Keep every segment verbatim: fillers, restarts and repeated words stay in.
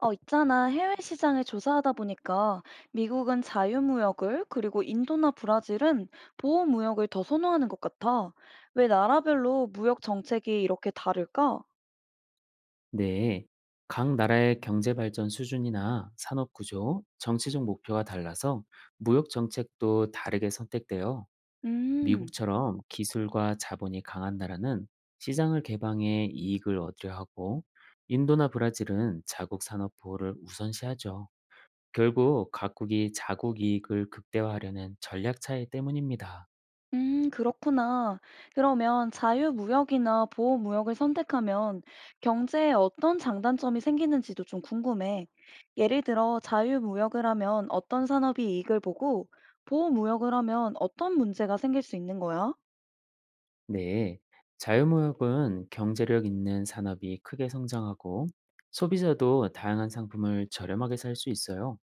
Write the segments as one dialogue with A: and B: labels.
A: 어, 있잖아. 해외 시장을 조사하다 보니까 미국은 자유무역을, 그리고 인도나 브라질은 보호무역을 더 선호하는 것 같아. 왜 나라별로 무역 정책이 이렇게 다를까?
B: 네, 각 나라의 경제 발전 수준이나 산업 구조, 정치적 목표가 달라서 무역 정책도 다르게 선택되어
A: 음,
B: 미국처럼 기술과 자본이 강한 나라는 시장을 개방해 이익을 얻으려 하고 인도나 브라질은 자국 산업 보호를 우선시하죠. 결국 각국이 자국 이익을 극대화하려는 전략 차이 때문입니다.
A: 음, 그렇구나. 그러면 자유무역이나 보호무역을 선택하면 경제에 어떤 장단점이 생기는지도 좀 궁금해. 예를 들어 자유무역을 하면 어떤 산업이 이익을 보고 보호무역을 하면 어떤 문제가 생길 수 있는 거야?
B: 네, 자유무역은 경제력 있는 산업이 크게 성장하고 소비자도 다양한 상품을 저렴하게 살 수 있어요.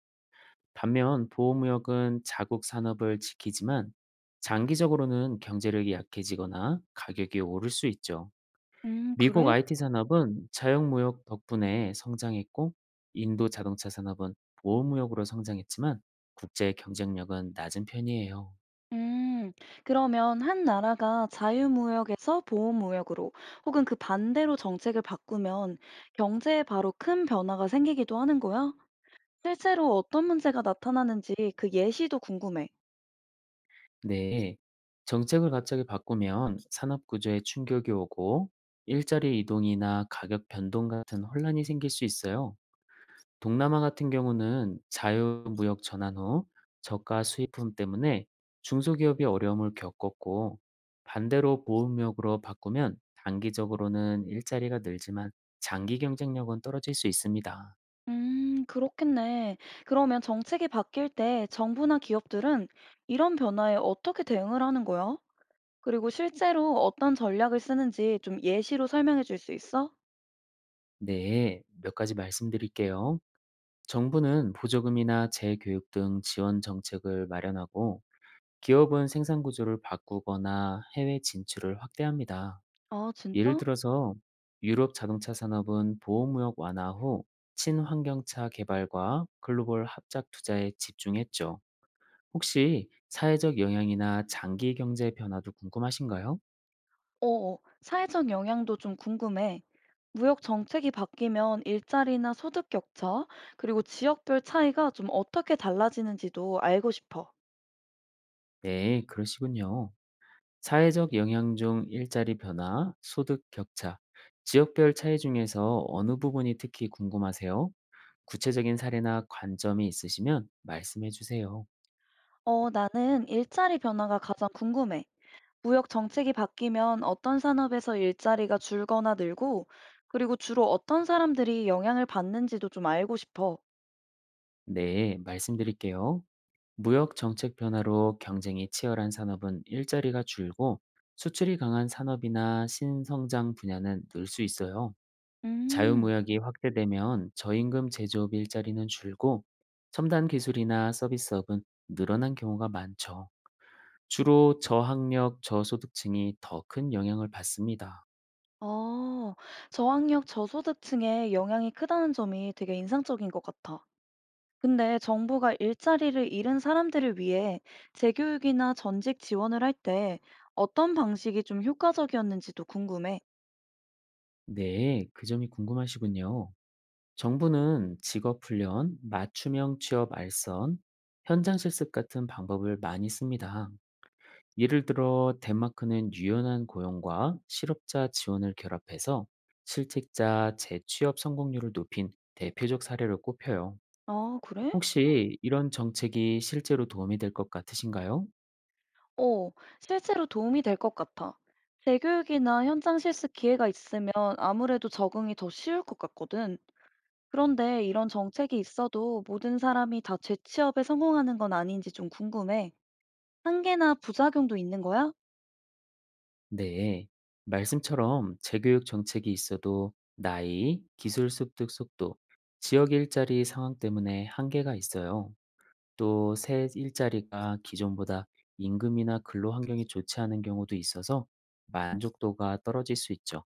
B: 반면 보호무역은 자국 산업을 지키지만 장기적으로는 경제력이 약해지거나 가격이 오를 수 있죠.
A: 음,
B: 미국
A: 그래?
B: 아이티 산업은 자유무역 덕분에 성장했고 인도 자동차 산업은 보호무역으로 성장했지만 국제 경쟁력은 낮은 편이에요.
A: 음, 그러면 한 나라가 자유무역에서 보호무역으로 혹은 그 반대로 정책을 바꾸면 경제에 바로 큰 변화가 생기기도 하는 거야? 실제로 어떤 문제가 나타나는지 그 예시도 궁금해.
B: 네. 정책을 갑자기 바꾸면 산업 구조에 충격이 오고 일자리 이동이나 가격 변동 같은 혼란이 생길 수 있어요. 동남아 같은 경우는 자유무역 전환 후 저가 수입품 때문에 중소기업이 어려움을 겪었고 반대로 보호무역으로 바꾸면 단기적으로는 일자리가 늘지만 장기 경쟁력은 떨어질 수 있습니다.
A: 음, 그렇겠네. 그러면 정책이 바뀔 때 정부나 기업들은 이런 변화에 어떻게 대응을 하는 거야? 그리고 실제로 어떤 전략을 쓰는지 좀 예시로 설명해 줄 수 있어?
B: 네, 몇 가지 말씀드릴게요. 정부는 보조금이나 재교육 등 지원 정책을 마련하고 기업은 생산 구조를 바꾸거나 해외 진출을 확대합니다.
A: 아,
B: 예를
A: 진짜?
B: 들어서 유럽 자동차 산업은 보호무역 완화 후 친환경차 개발과 글로벌 합작 투자에 집중했죠. 혹시 사회적 영향이나 장기 경제 변화도 궁금하신가요?
A: 어, 사회적 영향도 좀 궁금해. 무역 정책이 바뀌면 일자리나 소득 격차, 그리고 지역별 차이가 좀 어떻게 달라지는지도 알고 싶어.
B: 네, 그러시군요. 사회적 영향 중 일자리 변화, 소득 격차, 지역별 차이 중에서 어느 부분이 특히 궁금하세요? 구체적인 사례나 관점이 있으시면 말씀해 주세요.
A: 어, 나는 일자리 변화가 가장 궁금해. 무역 정책이 바뀌면 어떤 산업에서 일자리가 줄거나 늘고, 그리고 주로 어떤 사람들이 영향을 받는지도 좀 알고 싶어.
B: 네, 말씀드릴게요. 무역 정책 변화로 경쟁이 치열한 산업은 일자리가 줄고 수출이 강한 산업이나 신성장 분야는 늘 수 있어요.
A: 음,
B: 자유무역이 확대되면 저임금 제조업 일자리는 줄고 첨단 기술이나 서비스업은 늘어난 경우가 많죠. 주로 저학력, 저소득층이 더 큰 영향을 받습니다.
A: 어, 저학력 저소득층에 영향이 크다는 점이 되게 인상적인 것 같아. 근데 정부가 일자리를 잃은 사람들을 위해 재교육이나 전직 지원을 할 때 어떤 방식이 좀 효과적이었는지도 궁금해.
B: 네, 그 점이 궁금하시군요. 정부는 직업훈련, 맞춤형 취업 알선, 현장 실습 같은 방법을 많이 씁니다. 예를 들어 덴마크는 유연한 고용과 실업자 지원을 결합해서 실직자 재취업 성공률을 높인 대표적 사례로 꼽혀요.
A: 아, 그래?
B: 혹시 이런 정책이 실제로 도움이 될 것 같으신가요?
A: 어, 실제로 도움이 될 것 같아. 재교육이나 현장 실습 기회가 있으면 아무래도 적응이 더 쉬울 것 같거든. 그런데 이런 정책이 있어도 모든 사람이 다 재취업에 성공하는 건 아닌지 좀 궁금해. 한계나 부작용도 있는 거야?
B: 네, 말씀처럼 재교육 정책이 있어도 나이, 기술 습득 속도, 지역 일자리 상황 때문에 한계가 있어요. 또 새 일자리가 기존보다 임금이나 근로 환경이 좋지 않은 경우도 있어서 만족도가 떨어질 수 있죠.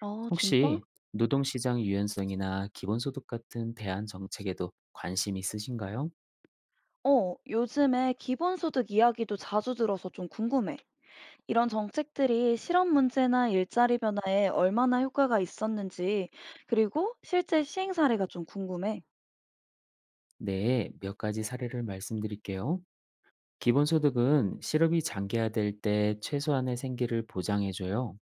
A: 아, 진짜?
B: 혹시 노동시장 유연성이나 기본소득 같은 대안 정책에도 관심 있으신가요?
A: 어, 요즘에 기본소득 이야기도 자주 들어서 좀 궁금해. 이런 정책들이 실업 문제나 일자리 변화에 얼마나 효과가 있었는지, 그리고 실제 시행 사례가 좀 궁금해.
B: 네, 몇 가지 사례를 말씀드릴게요. 기본소득은 실업이 장기화될 때 최소한의 생계를 보장해줘요.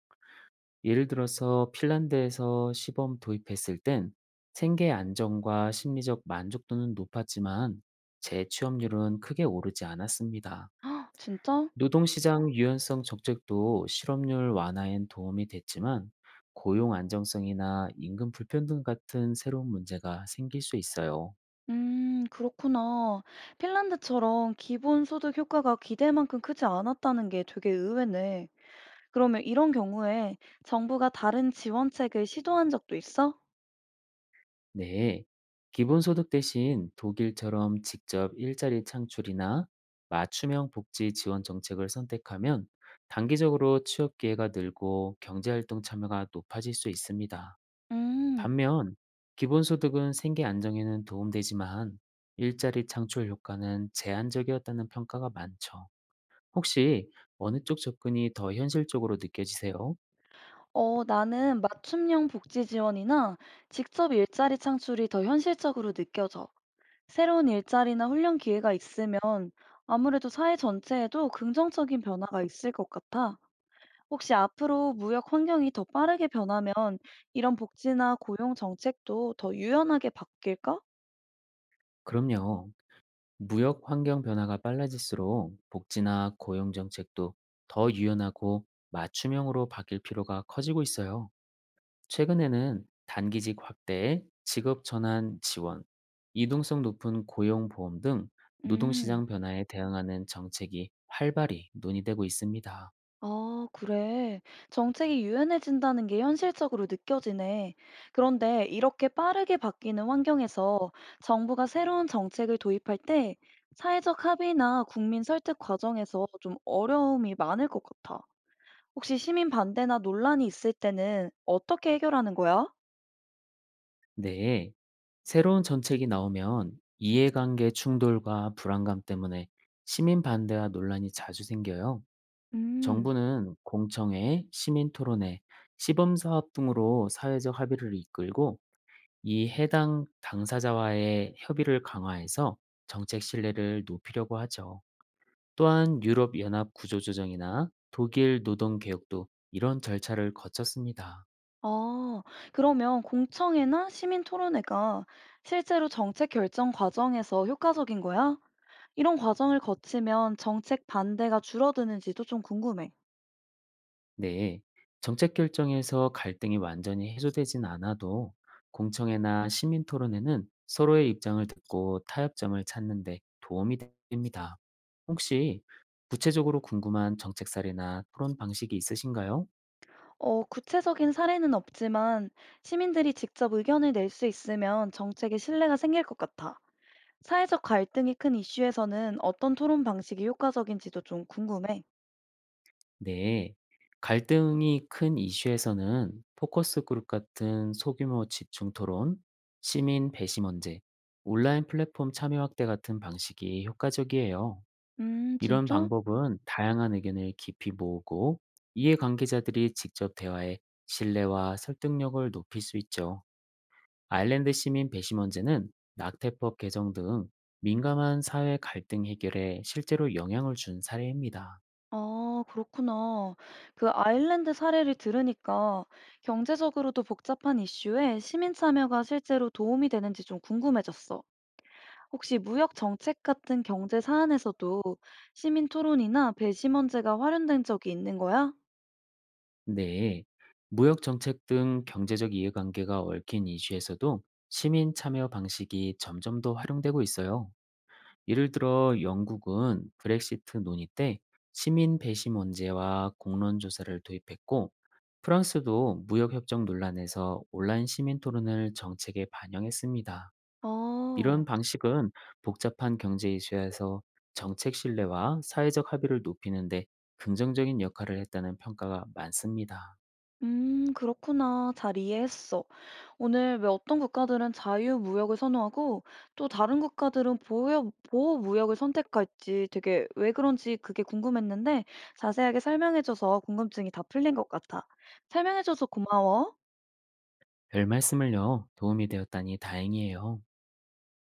B: 예를 들어서 핀란드에서 시범 도입했을 땐 생계 안정과 심리적 만족도는 높았지만 재취업률은 크게 오르지 않았습니다.
A: 헉, 진짜?
B: 노동시장 유연성 적적도 실업률 완화엔 도움이 됐지만 고용 안정성이나 임금 불평등 같은 새로운 문제가 생길 수 있어요.
A: 음, 그렇구나. 핀란드처럼 기본소득 효과가 기대만큼 크지 않았다는 게 되게 의외네. 그러면 이런 경우에 정부가 다른 지원책을 시도한 적도 있어?
B: 네, 기본소득 대신 독일처럼 직접 일자리 창출이나 맞춤형 복지 지원 정책을 선택하면 단기적으로 취업 기회가 늘고 경제활동 참여가 높아질 수 있습니다.
A: 음.
B: 반면, 기본소득은 생계 안정에는 도움되지만 일자리 창출 효과는 제한적이었다는 평가가 많죠. 혹시 어느 쪽 접근이 더 현실적으로 느껴지세요?
A: 어, 나는 맞춤형 복지 지원이나 직접 일자리 창출이 더 현실적으로 느껴져. 새로운 일자리나 훈련 기회가 있으면 아무래도 사회 전체에도 긍정적인 변화가 있을 것 같아. 혹시 앞으로 무역 환경이 더 빠르게 변하면 이런 복지나 고용 정책도 더 유연하게 바뀔까?
B: 그럼요. 무역 환경 변화가 빨라질수록 복지나 고용 정책도 더 유연하고 맞춤형으로 바뀔 필요가 커지고 있어요. 최근에는 단기직 확대, 직업 전환 지원, 이동성 높은 고용 보험 등
A: 음.
B: 노동시장 변화에 대응하는 정책이 활발히 논의되고 있습니다.
A: 아, 그래. 정책이 유연해진다는 게 현실적으로 느껴지네. 그런데 이렇게 빠르게 바뀌는 환경에서 정부가 새로운 정책을 도입할 때 사회적 합의나 국민 설득 과정에서 좀 어려움이 많을 것 같아. 혹시 시민 반대나 논란이 있을 때는 어떻게 해결하는 거야?
B: 네, 새로운 정책이 나오면 이해관계 충돌과 불안감 때문에 시민 반대와 논란이 자주 생겨요.
A: 음,
B: 정부는 공청회, 시민 토론회, 시범 사업 등으로 사회적 합의를 이끌고 이 해당 당사자와의 협의를 강화해서 정책 신뢰를 높이려고 하죠. 또한 유럽 연합 구조조정이나 독일 노동 개혁도 이런 절차를 거쳤습니다.
A: 아, 그러면 공청회나 시민 토론회가 실제로 정책 결정 과정에서 효과적인 거야? 이런 과정을 거치면 정책 반대가 줄어드는지도 좀 궁금해.
B: 네, 정책 결정에서 갈등이 완전히 해소되진 않아도 공청회나 시민 토론회는 서로의 입장을 듣고 타협점을 찾는 데 도움이 됩니다. 혹시 구체적으로 궁금한 정책 사례나 토론 방식이 있으신가요?
A: 어, 구체적인 사례는 없지만 시민들이 직접 의견을 낼 수 있으면 정책에 신뢰가 생길 것 같아. 사회적 갈등이 큰 이슈에서는 어떤 토론 방식이 효과적인지도 좀 궁금해.
B: 네, 갈등이 큰 이슈에서는 포커스 그룹 같은 소규모 집중 토론, 시민 배심 원제, 온라인 플랫폼 참여 확대 같은 방식이 효과적이에요.
A: 음,
B: 이런
A: 진짜?
B: 방법은 다양한 의견을 깊이 모으고 이해관계자들이 직접 대화해 신뢰와 설득력을 높일 수 있죠. 아일랜드 시민 배심 문제는 낙태법 개정 등 민감한 사회 갈등 해결에 실제로 영향을 준 사례입니다.
A: 아, 그렇구나. 그 아일랜드 사례를 들으니까 경제적으로도 복잡한 이슈에 시민 참여가 실제로 도움이 되는지 좀 궁금해졌어. 혹시 무역 정책 같은 경제 사안에서도 시민 토론이나 배심원제가 활용된 적이 있는 거야?
B: 네, 무역 정책 등 경제적 이해관계가 얽힌 이슈에서도 시민 참여 방식이 점점 더 활용되고 있어요. 예를 들어 영국은 브렉시트 논의 때 시민 배시 문제와 공론 조사를 도입했고 프랑스도 무역 협정 논란에서 온라인 시민 토론을 정책에 반영했습니다. 이런
A: 아,
B: 방식은 복잡한 경제 이슈에서 정책 신뢰와 사회적 합의를 높이는데 긍정적인 역할을 했다는 평가가 많습니다.
A: 음, 그렇구나. 잘 이해했어. 오늘 왜 어떤 국가들은 자유무역을 선호하고 또 다른 국가들은 보호, 보호무역을 선택할지 되게 왜 그런지 그게 궁금했는데 자세하게 설명해줘서 궁금증이 다 풀린 것 같아. 설명해줘서 고마워.
B: 별 말씀을요. 도움이 되었다니 다행이에요.